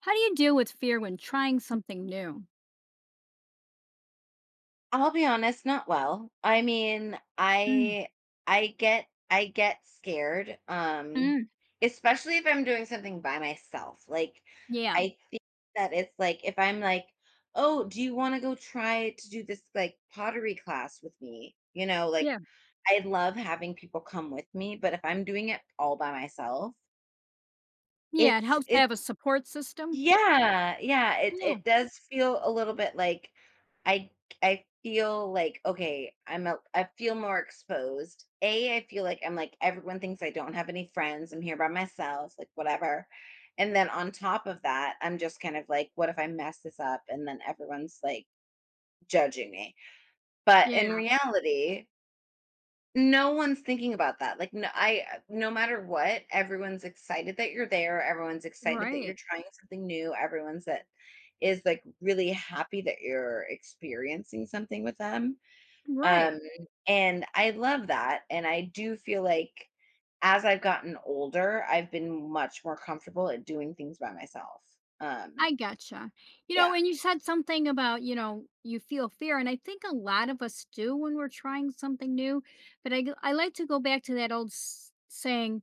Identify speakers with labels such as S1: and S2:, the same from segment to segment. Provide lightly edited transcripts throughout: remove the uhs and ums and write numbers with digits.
S1: How do you deal with fear when trying something new?
S2: I'll be honest, not well. I mean,
S1: Mm,
S2: I get scared. Um
S1: mm.
S2: especially if I'm doing something by myself. Like
S1: Yeah.
S2: I think that it's like if I'm like, "Oh, do you want to go try to do this like pottery class with me?" Like
S1: Yeah.
S2: I love having people come with me, but if I'm doing it all by myself,
S1: Yeah, it
S2: it's
S1: helps to have a support system.
S2: yeah, yeah, it
S1: Yeah.
S2: it does feel a little bit like. I I feel like okay, I feel more exposed. I feel like I'm like everyone thinks I don't have any friends. I'm here by myself, like whatever. And then on top of that, I'm just kind of like, what if I mess this up? And then everyone's like judging me. But in
S1: Yeah.
S2: reality, no one's thinking about that. Like, no, I no matter what, everyone's excited that you're there. Everyone's excited that you're
S1: Right.
S2: trying something new. Everyone's That is like really happy that you're experiencing something with them.
S1: Right.
S2: Um, and I love that. And I do feel like as I've gotten older, I've been much more comfortable at doing things by myself. Um,
S1: I gotcha. You know,
S2: yeah,
S1: and you said something about, you feel fear. And I think a lot of us do when we're trying something new. But I like to go back to that old saying,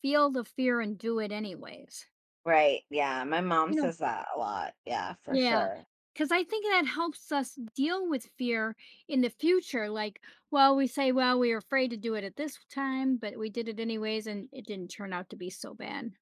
S1: feel the fear and do it anyways.
S2: right. Yeah, my mom
S1: You know.
S2: says that a lot. Yeah, for
S1: Yeah,
S2: sure.
S1: because I think that helps us deal with fear in the future. Like, well, we were afraid to do it at this time, but we did it anyways, and it didn't turn out to be so bad.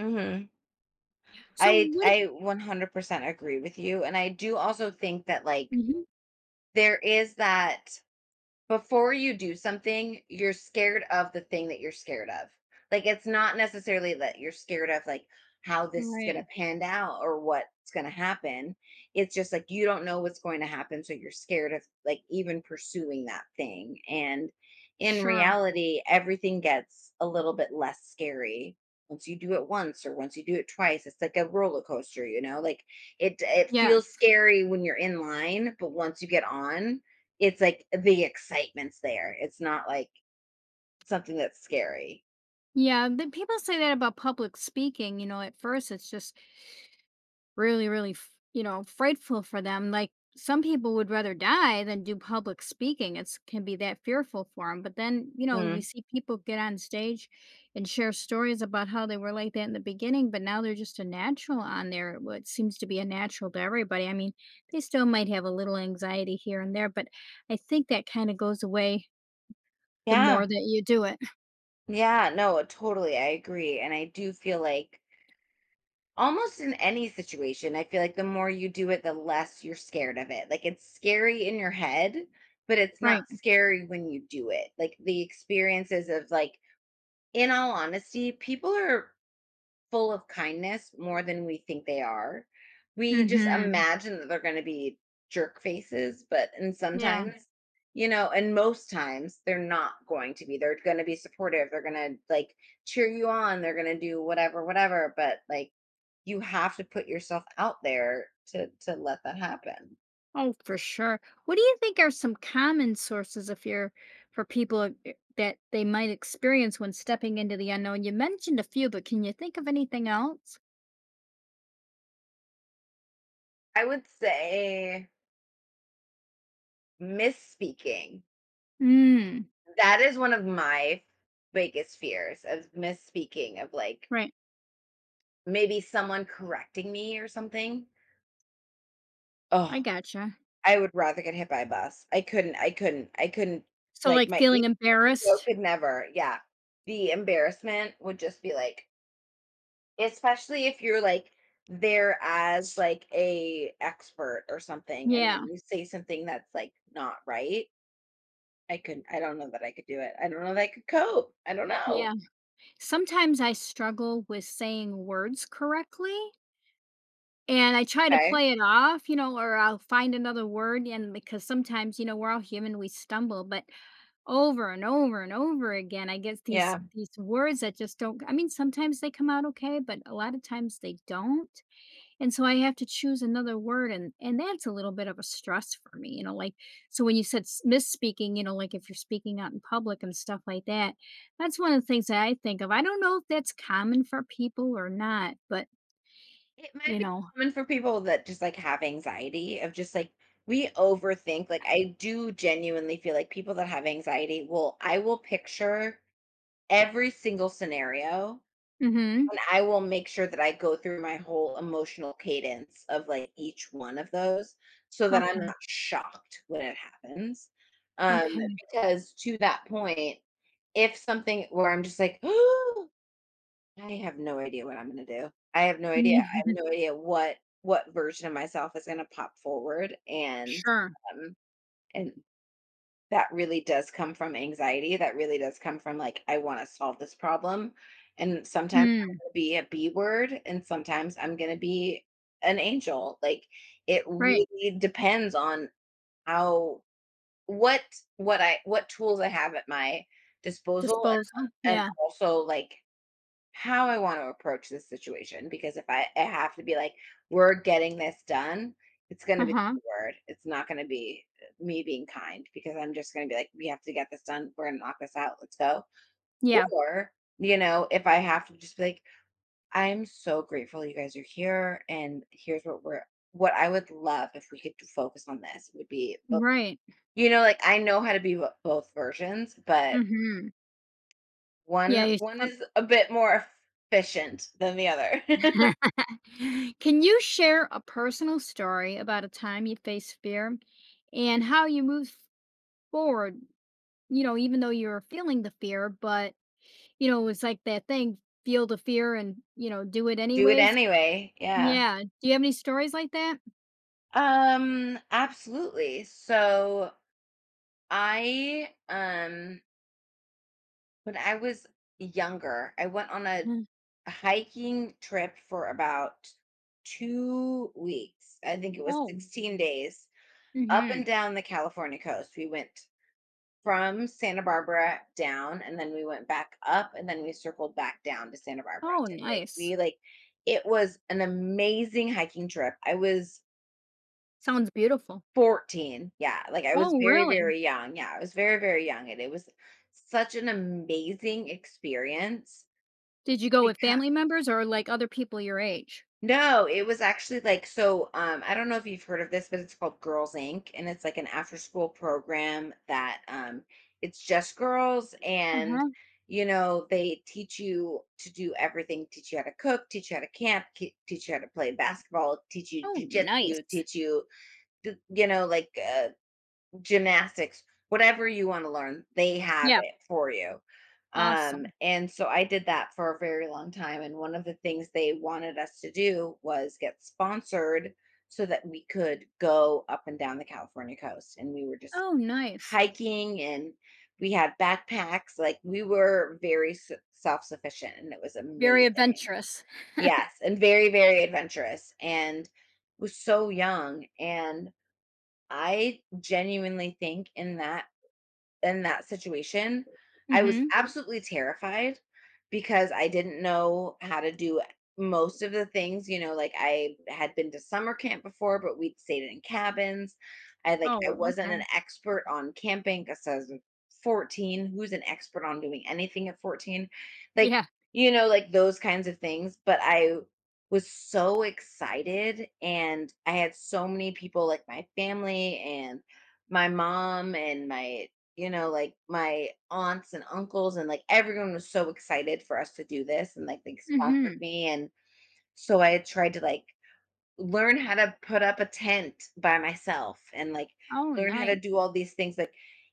S2: Mhm.
S1: So,
S2: I
S1: what?
S2: I 100% agree with you, and I do also think that like
S1: Mhm.
S2: there is that before you do something, you're scared of the thing that you're scared of. Like it's not necessarily that you're scared of like how this is going
S1: Right.
S2: to pan out or what's going to happen. It's just like you don't know what's going to happen, so you're scared of like even pursuing that thing. And in
S1: Sure.
S2: reality, everything gets a little bit less scary once you do it once or once you do it twice. It's like a roller coaster, you know? Like it
S1: Yeah.
S2: feels scary when you're in line, but once you get on, it's like the excitement's there. It's not like something that's scary.
S1: Yeah. The people say that about public speaking. At first it's just really, really, frightful for them. Like some people would rather die than do public speaking. It's can be that fearful for them. But then, we
S2: Mhm.
S1: see people get on stage and share stories about how they were like that in the beginning, but now they're just a natural on there. It What seems to be a natural to everybody. I mean, they still might have a little anxiety here and there, but I think that kind of goes away the
S2: Yeah.
S1: more that you do it.
S2: Yeah. No, totally. I agree. And I do feel like almost in any situation, I feel like the more you do it, the less you're scared of it. Like it's scary in your head, but it's
S1: Right.
S2: not scary when you do it. Like the experiences of like, in all honesty, people are full of kindness more than we think they are. We just
S1: Mm-hmm.
S2: imagine that they're going to be jerk faces, but and
S1: Yeah.
S2: sometimes, and most times they're not going to be. They're going to be supportive. They're going to like cheer you on. They're going to do whatever, whatever. But like, you have to put yourself out there to let that happen.
S1: Oh, for sure. What do you think are some common sources of fear for people that they might experience when stepping into the unknown? You mentioned a few, but can you think of anything else?
S2: I would say misspeaking.
S1: Mm,
S2: That is one of my biggest fears, of misspeaking, of like
S1: right.
S2: maybe someone correcting me or something.
S1: I
S2: Oh,
S1: gotcha.
S2: I would rather get hit by a bus. I couldn't,
S1: So,
S2: like,
S1: like feeling
S2: my ego
S1: embarrassed?
S2: could never, yeah. The embarrassment would just be, like, especially if you're, like, there as, like, a expert or something, and then
S1: Yeah.
S2: you say something that's, like, not right. I don't know that I could do it. I don't know that I could cope. I don't know.
S1: Yeah. Sometimes I struggle with saying words correctly and I try to
S2: Okay.
S1: play it off, or I'll find another word. And because sometimes, we're all human, we stumble, but over and over and over again, I guess these
S2: Yeah.
S1: these words that just don't. I mean, sometimes they come out okay, but a lot of times they don't, and so I have to choose another word, and that's a little bit of a stress for me, like, so when you said s misspeaking, like, if you're speaking out in public and stuff like that, that's one of the things that I think of. I don't know if that's common for people or not, but,
S2: It might
S1: you
S2: be
S1: know
S2: common for people that just, like, have anxiety, of just, like, we overthink, like, I do genuinely feel like people that have anxiety will I will picture every single scenario,
S1: Mhm.
S2: and I will make sure that I go through my whole emotional cadence of, like, each one of those, so that I'm not
S1: Okay,
S2: shocked when it happens, um,
S1: okay.
S2: because to that point, if something where I'm just like, I have no idea what I'm gonna do. I have no idea. I have no idea what version of myself is gonna pop forward,
S1: Sure.
S2: um, and that really does come from anxiety, that really does come from, like, I wanna solve this problem, and sometimes I'm
S1: Mm,
S2: gonna be a B word, and sometimes I'm gonna be an angel, like, it
S1: right.
S2: really depends on how, what what I what tools I have at my disposal, and
S1: Disposal.
S2: and
S1: Yeah.
S2: also, like, how I want to approach this situation, because if I, I have to be like, we're getting this done, it's going to be
S1: Uh-huh.
S2: the word. It's not going to be me being kind, because I'm just going to be like, we have to get this done. We're going to knock this out. Let's go.
S1: Yeah.
S2: Or, you know, if I have to just be like, I'm so grateful you guys are here. And what I would love, if we could focus on this, would be, both.
S1: Right.
S2: You know, like, I know how to be both versions, but
S1: Mhm. Yeah,
S2: one,
S1: you
S2: one
S1: some.
S2: is a bit more efficient than the other.
S1: Can you share a personal story about a time you faced fear and how you moved forward, even though you were feeling the fear, but, it was like that thing, feel the fear and, do it
S2: Do it
S1: anyways?
S2: anyway. Yeah.
S1: Yeah. Do you have any stories like that?
S2: Absolutely. So I when I was younger, I went on a
S1: Mhm.
S2: hiking trip for about 2 weeks. I think it was
S1: Oh.
S2: 16 days up and
S1: Mhm.
S2: down the California coast. We went from Santa Barbara down, and then we went back up, and then we circled back down to Santa Barbara.
S1: Oh,
S2: So
S1: nice.
S2: we like it was an amazing hiking trip. I was
S1: Sounds beautiful.
S2: 14. Yeah, like, I was
S1: Oh,
S2: very,
S1: really?
S2: very young. Yeah, I was very, very young, and it was such an amazing experience.
S1: Did you go with
S2: Because
S1: family members or, like, other people your age?
S2: No, it was actually, like, I don't know if you've heard of this, but it's called Girls Inc., and it's, like, an after-school program that, it's just girls, and,
S1: Uh-huh.
S2: they teach you to do everything, teach you how to cook, teach you how to camp, ki teach you how to play basketball, teach you
S1: Oh,
S2: jujitsu,
S1: nice.
S2: teach you, like, gymnastics, whatever you wanna learn, they have
S1: Yeah.
S2: it for you.
S1: Awesome.
S2: And so I did that for a very long time, and one of the things they wanted us to do was get sponsored, so that we could go up and down the California coast, and we were just
S1: Oh, nice.
S2: hiking, and we had backpacks, like, we were very s self-sufficient, and it was
S1: Very
S2: amazing.
S1: adventurous.
S2: Yes, and very, very adventurous, and was so young, and I genuinely think in that situation, I was
S1: Mhm.
S2: absolutely terrified, because I didn't know how to do most of the things, you know, like, I had been to summer camp before, but we'd stayed in cabins. I Like, I
S1: Oh,
S2: wasn't an
S1: okay.
S2: expert on camping, because I was 14. Who's an expert on doing anything at 14? Like,
S1: Yeah.
S2: like those kinds of things. But I was so excited, and I had so many people, like my family and my mom and my aunts and uncles, and like everyone was so excited for us to do this, and like they
S1: Mhm.
S2: sponsored me, and so I tried to like learn how to put up a tent by myself, and like
S1: Oh,
S2: learn how to
S1: nice.
S2: do all these things. Like,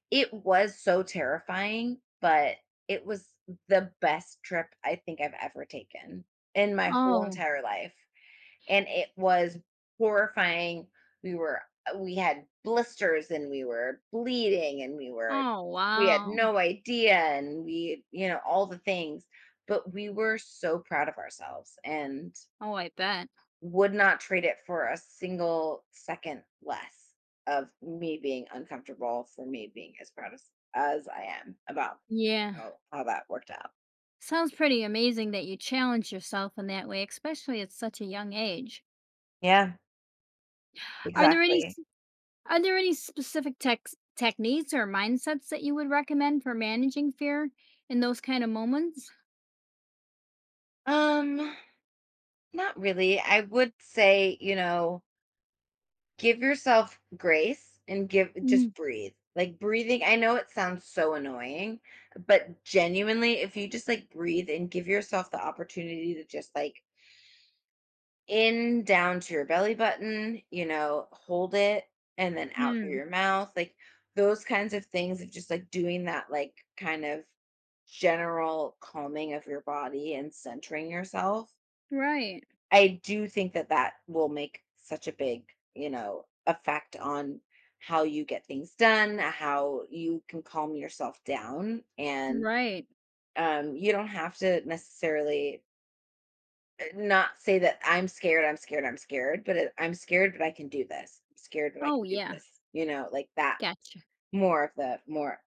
S2: it was so terrifying, but it was the best trip I think I've ever taken in my whole
S1: Oh.
S2: entire life, and it was horrifying. We were we had blisters, and we were bleeding, and we were
S1: Oh,
S2: we had
S1: wow.
S2: no idea, and we, all the things, but we were so proud of ourselves, and
S1: Oh, I bet.
S2: would not trade it for a single second less of me being uncomfortable, for me being as proud as I am about
S1: Yeah.
S2: how that worked out.
S1: Sounds pretty amazing that you challenge yourself in that way, especially at such a young age.
S2: Yeah,
S1: Are there any
S2: exactly.
S1: s- are there any specific techniques or mindsets that you would recommend for managing fear in those kind of moments?
S2: Um, Not really. I would say, you know, give yourself grace, and give just breathe. Like, breathing, I know it sounds so annoying, but genuinely, if you just like breathe and give yourself the opportunity to just like in down to your belly button, you know, hold it, and then out through
S1: Mhm.
S2: your mouth, like those kinds of things, of just like doing that, like kind of general calming of your body and centering yourself.
S1: Right.
S2: I do think that that will make such a big, you know, effect on how you get things done, how you can calm yourself down. And
S1: Right.
S2: you don't have to necessarily, not say that I'm scared, I'm scared, I'm scared, but I'm scared, but I can do this. I'm scared, but I
S1: Oh,
S2: can do
S1: yeah.
S2: this. You know, like that,
S1: Gotcha.
S2: more of the, more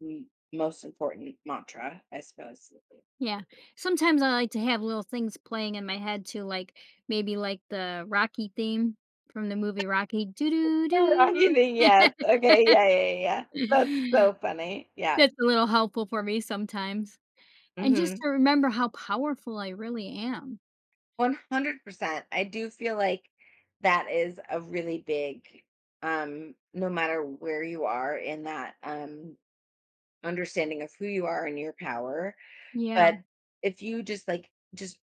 S2: most important mantra, I suppose.
S1: Yeah. Sometimes I like to have little things playing in my head too, like maybe like the Rocky theme from the movie Rocky. Doo doo
S2: Rocky thing,
S1: doo.
S2: yes. Okay. Yeah. Yeah. Yeah. Yeah, that's so funny. Yeah.
S1: That's a little helpful for me sometimes. And just
S2: hmm
S1: to remember how powerful I really am.
S2: 100%. I do feel like that is a really big, no matter where you are in that, understanding of who you are and your power,
S1: Yeah.
S2: but if you just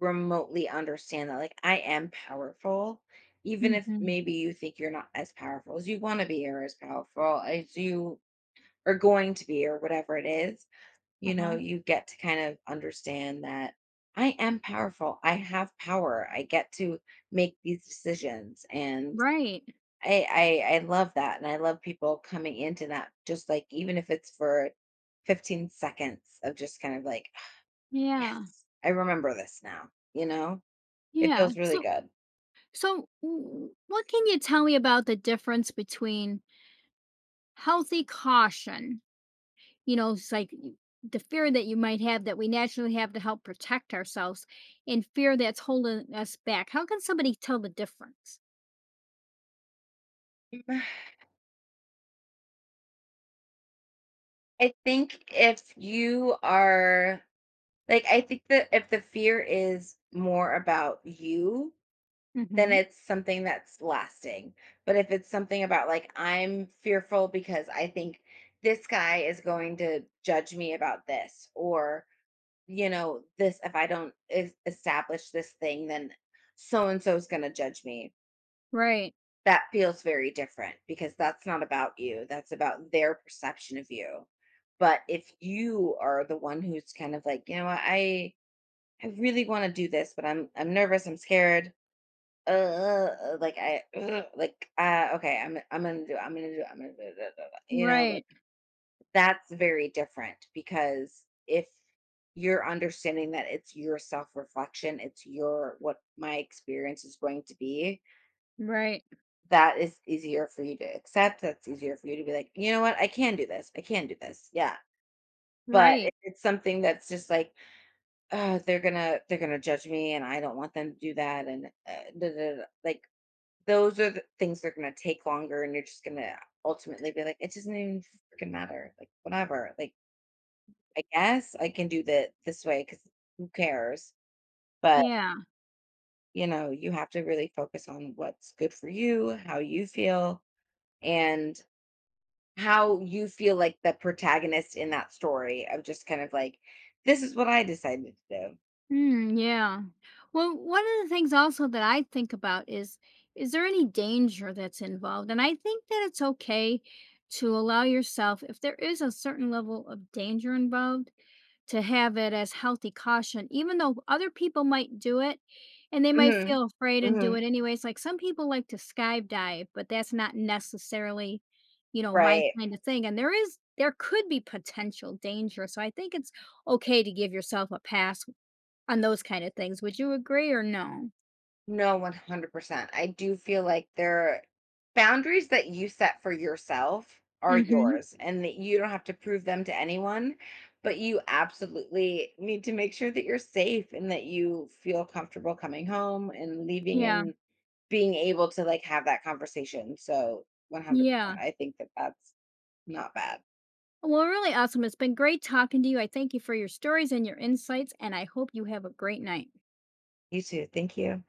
S2: remotely understand that like I am powerful, even if
S1: Mhm.
S2: maybe you think you're not as powerful as you want to be, or as powerful as you are going to be, or whatever it is, you
S1: Uh-huh.
S2: know, you get to kind of understand that I am powerful. I have power. I get to make these decisions. And
S1: Right.
S2: I love that. And I love people coming into that, just like, even if it's for 15 seconds of just kind of like, "Ah,
S1: Yeah.
S2: yes, I remember this now, you know, it
S1: Yeah.
S2: feels really
S1: So
S2: good."
S1: so w- what can you tell me about the difference between healthy caution you know, it's like y- the fear that you might have that we naturally have to help protect ourselves and fear that's holding us back. How can somebody tell the difference?
S2: Mm, I think if you are like, I think that if the fear is more about you, then
S1: Hmm.
S2: it's something that's lasting. But if it's something about like I'm fearful because I think this guy is going to judge me about this, or, you know, this, if I don't is establish this thing, then so and so is going to judge me.
S1: Right,
S2: That feels very different, because that's not about you. That's about their perception of you. But if you are the one who's kind of like, you know what, I really want to do this, but I'm nervous, I'm scared, like, I like, okay, I'm gonna do it, I'm gonna do it, I'm gonna do it, da, da, da, you know,
S1: right,
S2: like, that's very different, because if you're understanding that it's your self-reflection, it's your what my experience is going to be,
S1: right,
S2: that is easier for you to accept. That's easier for you to be like, you know what, I can do this, I can do this. Yeah. But if
S1: right.
S2: it's something that's just like, oh, they're gonna judge me, and I don't want them to do that, and da, da, da, like, those are the things that are gonna take longer, and you're just gonna ultimately be like, "It doesn't even freaking matter, like, whatever, like, I guess I can do that this way, because who cares?" But,
S1: Yeah.
S2: you know, you have to really focus on what's good for you, how you feel, and how you feel like the protagonist in that story, of just kind of like, "This is what I decided to do."
S1: Mm, yeah. Well, one of the things also that I think about is there any danger that's involved? And I think that it's okay to allow yourself if there is a certain level of danger involved to have it as healthy caution, even though other people might do it and they might
S2: Mhm.
S1: feel afraid and do it
S2: Mhm.
S1: anyways. Like some people like to skydive, but that's not necessarily, my
S2: Right.
S1: kind of thing. And there could be potential danger. So I think it's okay to give yourself a pass on those kind of things. Would you agree or no?
S2: No, 100%. I do feel like there, boundaries that you set for yourself are
S1: Mm-hmm.
S2: yours, and that you don't have to prove them to anyone, but you absolutely need to make sure that you're safe, and that you feel comfortable coming home and leaving,
S1: Yeah.
S2: and being able to like have that conversation. So, 100%.
S1: Yeah.
S2: I think that that's not bad.
S1: Well, really awesome. It's been great talking to you. I thank you for your stories and your insights, and I hope you have a great night.
S2: You too. Thank you.